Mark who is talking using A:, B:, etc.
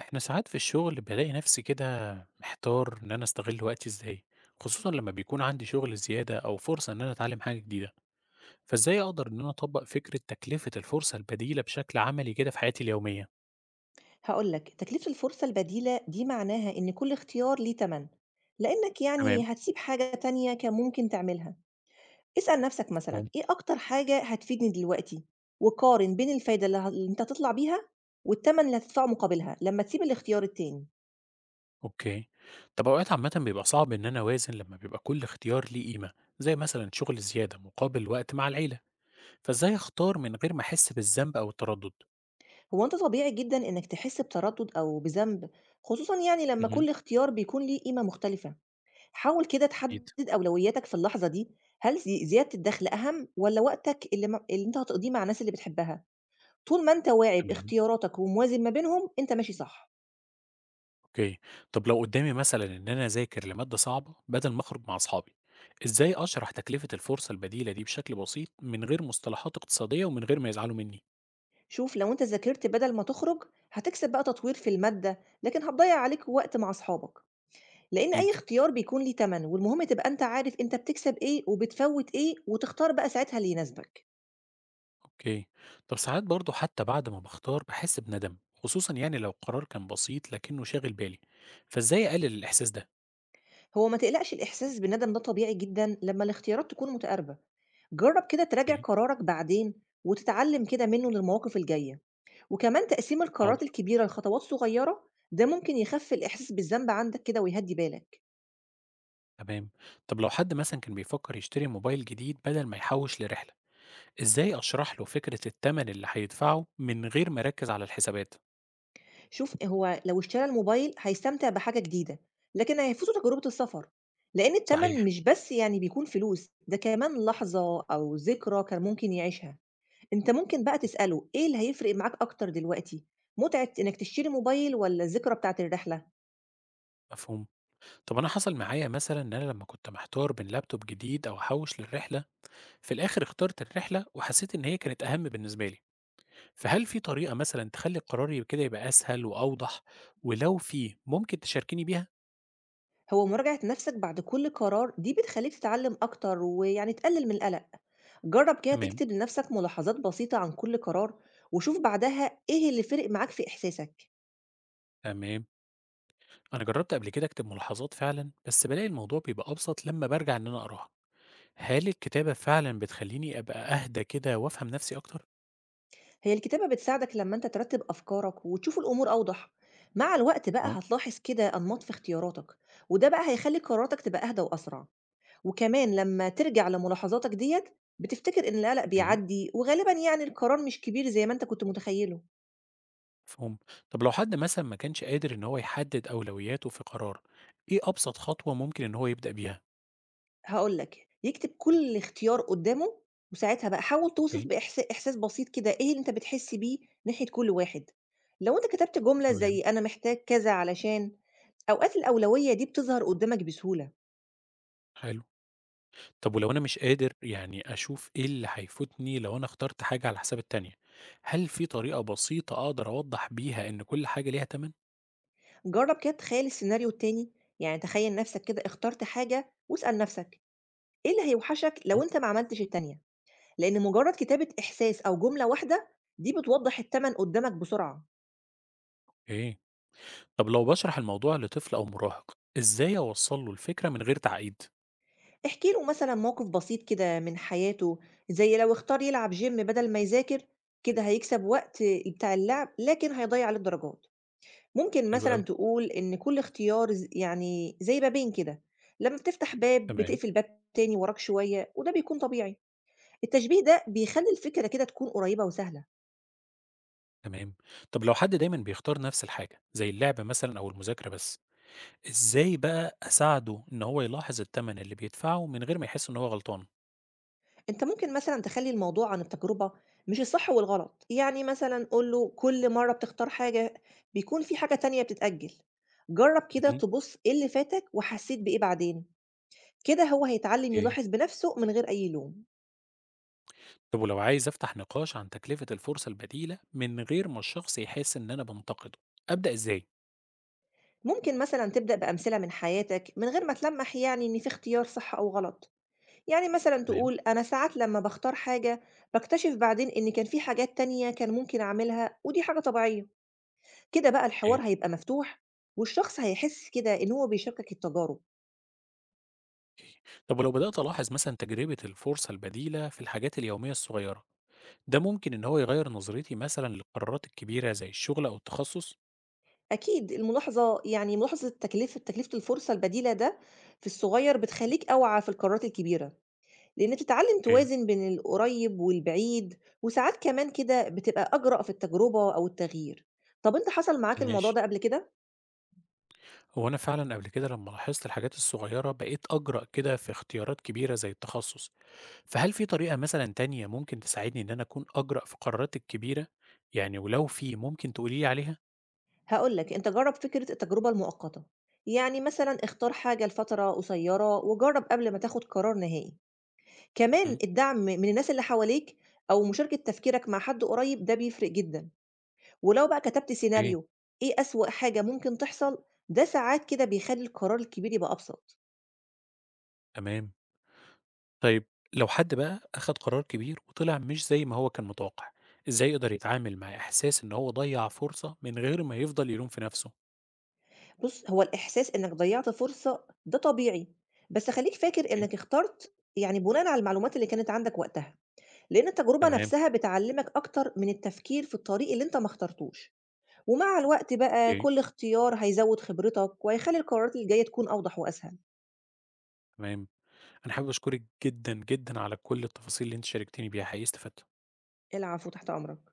A: احنا ساعات في الشغل بلاقي نفسي كده محتار ان انا استغل وقتي ازاي، خصوصا لما بيكون عندي شغل زيادة او فرصة ان انا اتعلم حاجة جديدة. فازاي اقدر ان انا اطبق فكرة تكلفة الفرصة البديلة بشكل عملي كده في حياتي اليومية؟
B: هاقول لك، تكلفة الفرصة البديلة دي معناها إن كل اختيار ليه تمن، لإنك
A: تمام.
B: يعني هتسيب حاجة تانية كان ممكن تعملها. اسأل نفسك مثلًا
A: مم.
B: إيه أكتر حاجة هتفيدني دلوقتي؟ وقارن بين الفايدة اللي أنت هتطلع بيها والتمن اللي هتدفعه مقابلها لمّا تسيب الاختيار التاني.
A: اوكي. طب اوقات عامة بيبقى صعب ان انا اوازن لما بيبقى كل اختيار ليه قيمة، زي مثلا شغل زيادة مقابل وقت مع العيلة، فازاي اختار من غير ما احس بالذنب او التردد؟
B: هو أنت طبيعي جدًا إنك تحس بتردد أو بذنب، خصوصًا يعني لمّا
A: مهم.
B: كل اختيار بيكون ليه قيمة مختلفة. حاول كده
A: اكيد.
B: تحدد أولوياتك في اللحظة دي، هل زي زيادة الدخل أهم والّا وقتك اللي أنت هتقضيه مع الناس اللي بتحبها؟ طول ما أنت واعي
A: تمام.
B: باختياراتك وموازن ما بينهم، أنت ماشي صح.
A: اوكي. طب لو قدامي مثلا ان انا اذاكر لماده صعبه بدل ما اخرج مع اصحابي، ازاي اشرح تكلفه الفرصه البديله دي بشكل بسيط من غير مصطلحات اقتصاديه ومن غير ما يزعلوا مني؟
B: شوف لو أنت ذاكرت بدل ما تخرج، هتكسب بقى تطوير في المادة، لكن هتضيّع عليك وقت مع أصحابك. لإن أي
A: اكيد.
B: اختيار بيكون ليه تمن، والمهم تبقى أنت عارف أنت بتكسب إيه وبتفوّت إيه، وتختار بقى ساعتها اللي يناسبك.
A: اوكي. طب ساعات برضو حتى بعد ما بختار بحس بندم، خصوصا يعني لو القرار كان بسيط لكنه شاغل بالي، فازاي اقلل الاحساس ده؟
B: هو ما تقلقش الإحساس بالندم ده طبيعي جدًا لمّا الاختيارات تكون متقاربة. جرّب كده تراجع
A: اوكي.
B: قرارك بعدين، وتتعلم كده منه للمواقف الجاية. وكمان تقسيم القرارات
A: حاضر.
B: الكبيرة لخطوات صغيرة، ده ممكن يخفّي الإحساس بالذنب عندك كده ويهدّي بالك.
A: تمام. طب لو حد مثلا كان بيفكر يشتري موبايل جديد بدل ما يحوش لرحله، ازاي اشرح له فكره الثمن اللي هيدفعه من غير ما اركز على الحسابات؟
B: شوف هو لو اشترى الموبايل هيستمتع بحاجة جديدة، لكن هيفوته تجربة السفر، لأن التمن
A: صحيح.
B: مش بس يعني بيكون فلوس، ده كمان لحظة أو ذكرى كان ممكن يعيشها، أنت ممكن بقى تسأله إيه اللي هيفرق معاك أكتر دلوقتي؟ متعة إنك تشتري موبايل ولا الذكرى بتاعة الرحلة؟
A: مفهوم. طب أنا حصل معايا مثلا إن أنا لما كنت محتار بين لابتوب جديد أو أحوش للرحلة، في الآخر اخترت الرحلة وحسيت إن هي كانت أهم بالنسبة لي. فهل في طريقة مثلا تخلي القرار كده يبقى أسهل وأوضح، ولو في ممكن تشاركيني بيها؟
B: هو مراجعة نفسك بعد كل قرار دي بتخليك تتعلم أكتر ويعني تقلل من القلق، جرب كده
A: تمام.
B: تكتب لنفسك ملاحظات بسيطة عن كل قرار وشوف بعدها إيه اللي فرق معاك في إحساسك.
A: تمام. أنا جربت قبل كده أكتب ملاحظات فعلا، بس بلاقي الموضوع بيبقى أبسط لما برجع إن أنا أقراها. هل الكتابة فعلا بتخليني أبقى أهدى كده وأفهم نفسي أكتر؟
B: هي الكتابة بتساعدك لما أنت ترتب أفكارك وتشوف الأمور أوضح. مع الوقت بقى هتلاحظ كده أنماط في اختياراتك، وده بقى هيخلي قراراتك تبقى أهدى وأسرع. وكمان لما ترجع لملاحظاتك ديت بتفتكر إن القلق
A: أوكي.
B: بيعدي وغالبا يعني القرار مش كبير زي ما أنت كنت متخيله.
A: مفهوم. طب لو حد مثلا ما كانش قادر إن هو يحدد أولوياته في قرار، إيه أبسط خطوة ممكن إن هو يبدأ بيها؟
B: هقولك يكتب كل اختيار قدامه، وساعتها بقى حاول توصف
A: أوكي.
B: بإحساس بسيط كده إيه اللي أنت بتحس بيه ناحية كل واحد. لو أنت كتبت جملة
A: تمام.
B: زي أنا محتاج كذا علشان، أوقات الأولوية دي بتظهر قدامك بسهولة.
A: حلو. طب ولو أنا مش قادر يعني أشوف إيه اللي هيفوتني لو أنا اخترت حاجة على حساب التانية، هل في طريقة بسيطة أقدر أوضح بيها إن كل حاجة ليها تمن؟
B: جرب كده تخيل السيناريو التاني، يعني تخيل نفسك كده اخترت حاجة واسأل نفسك ايه اللي هيوحشك لو انت ما عملتش التانية. لان مجرد كتابة احساس او جملة واحدة دي بتوضح التمن قدامك بسرعة.
A: أوكي. طب لو بشرح الموضوع لطفل أو مراهق، إزاي أوصل له الفكرة من غير تعقيد؟
B: احكي له مثلا موقف بسيط كده من حياته، زي لو اختار يلعب جيم بدل ما يذاكر، كده هيكسب وقت بتاع اللعب لكن هيضيع عليه الدرجات. ممكن
A: حلو
B: مثلا
A: أوي.
B: تقول ان كل اختيار زي بابين كده، لما بتفتح باب
A: تمام.
B: بتقفل باب تاني وراك شوية وده بيكون طبيعي. التشبيه ده بيخلّي الفكرة كده تكون قريّبة وسهلة،
A: تمام. طب لو حد دايما بيختار نفس الحاجة، زي اللعب مثلا أو المذاكرة بس، إزاي بقى أساعده إن هو يلاحظ التمن اللي بيدفعه من غير ما يحس إن هو غلطان؟
B: أنت ممكن مثلًا تخلّي الموضوع عن التجربة مش الصح والغلط، يعني مثلًا قُل له كل مرّة بتختار حاجة بيكون في حاجة تانية بتتأجّل، جرّب كده
A: مهم.
B: تبُص إيه اللي فاتك وحسّيت بإيه بعدين، كده هو هيتعلّم
A: اوكي.
B: يلاحظ بنَفْسه من غير أي لوم.
A: طب ولو عايز أفتح نقاش عن تكلفة الفرصة البديلة من غير ما الشخص يحس إن أنا بنتقده، أبدأ إزاي؟
B: ممكن مثلًا تبدأ بأمثلة من حياتك من غير ما تلمّح يعني إن في اختيار صح أو غلط، يعني مثلًا
A: تمام.
B: تقول أنا ساعات لمّا باختار حاجة باكتشف بعدين إن كان في حاجات تانية كان ممكن أعملها ودي حاجة طبيعية. كده بقى
A: اوكي.
B: الحوار هيبقى مفتوح، والشخص هيحس كده إن هو بيشاركك التجارب.
A: طب ولو بدأت ألاحظ مثلا تجربة الفرصة البديلة في الحاجات اليومية الصغيرة، ده ممكن إن هو يغير نظرتي مثلا للقرارات الكبيرة زي الشغل أو التخصص؟
B: أكيد الملاحظة يعني ملاحظة تكلفة الفرصة البديلة ده في الصغير بتخلّيك أوعى في القرارات الكبيرة، لإن بتتعلم
A: اوكي.
B: توازن بين القريب والبعيد، وساعات كمان كده بتبقى أجرأ في التجربة أو التغيير. طب أنت حصل معاك الموضوع
A: ماشي.
B: ده قبل كده؟
A: هو أنا فعلا قبل كده لما لاحظت الحاجات الصغيرة بقيت أجرأ كده في اختيارات كبيرة زي التخصص. فهل في طريقة مثلًا تانية ممكن تساعدني إن أنا أكون أجرأ في قراراتي الكبيرة؟ يعني ولو في ممكن تقولي لي عليها؟
B: هاقول لك، أنت جرّب فكرة التجربة المؤقتة، يعني مثلًا اختار حاجة لفترة قصيرة وجرّب قبل ما تاخد قرار نهائي. كمان
A: اهم.
B: الدعم من الناس اللي حواليك أو مشاركة تفكيرك مع حد قريب ده بيفرق جدًا، ولو بقى كتبت
A: أوكي.
B: سيناريو إيه أسوأ حاجة ممكن تحصل، ده ساعات كده بيخلّي القرار الكبير يبقى أبسط.
A: تمام. طيب، لو حد بقى أخد قرار كبير وطلع مش زي ما هو كان متوقع، إزاي يقدر يتعامل مع إحساس إن هو ضيّع فرصة من غير ما يفضل يلوم في نفسه؟
B: بُص، هو الإحساس إنك ضيّعت فرصة ده طبيعي، بس خلّيك فاكر
A: أوكي.
B: إنك اخترت يعني بناءً على المعلومات اللي كانت عندك وقتها، لإن التجربة
A: تمام.
B: نفسها بتعلّمك أكتر من التفكير في الطريق اللي أنت ما اخترتوش، ومع الوقت بقى
A: أوكي.
B: كل اختيار هيزوّد خبرتك وهيخلّي القرارات الجاية تكون أوضح وأسهل.
A: تمام. أنا حابب أشكرِك جدًا، جدًا على كل التفاصيل اللي أنتِ شاركتيني بيها، حقيقي استفدت.
B: العفو، تحت أمرك.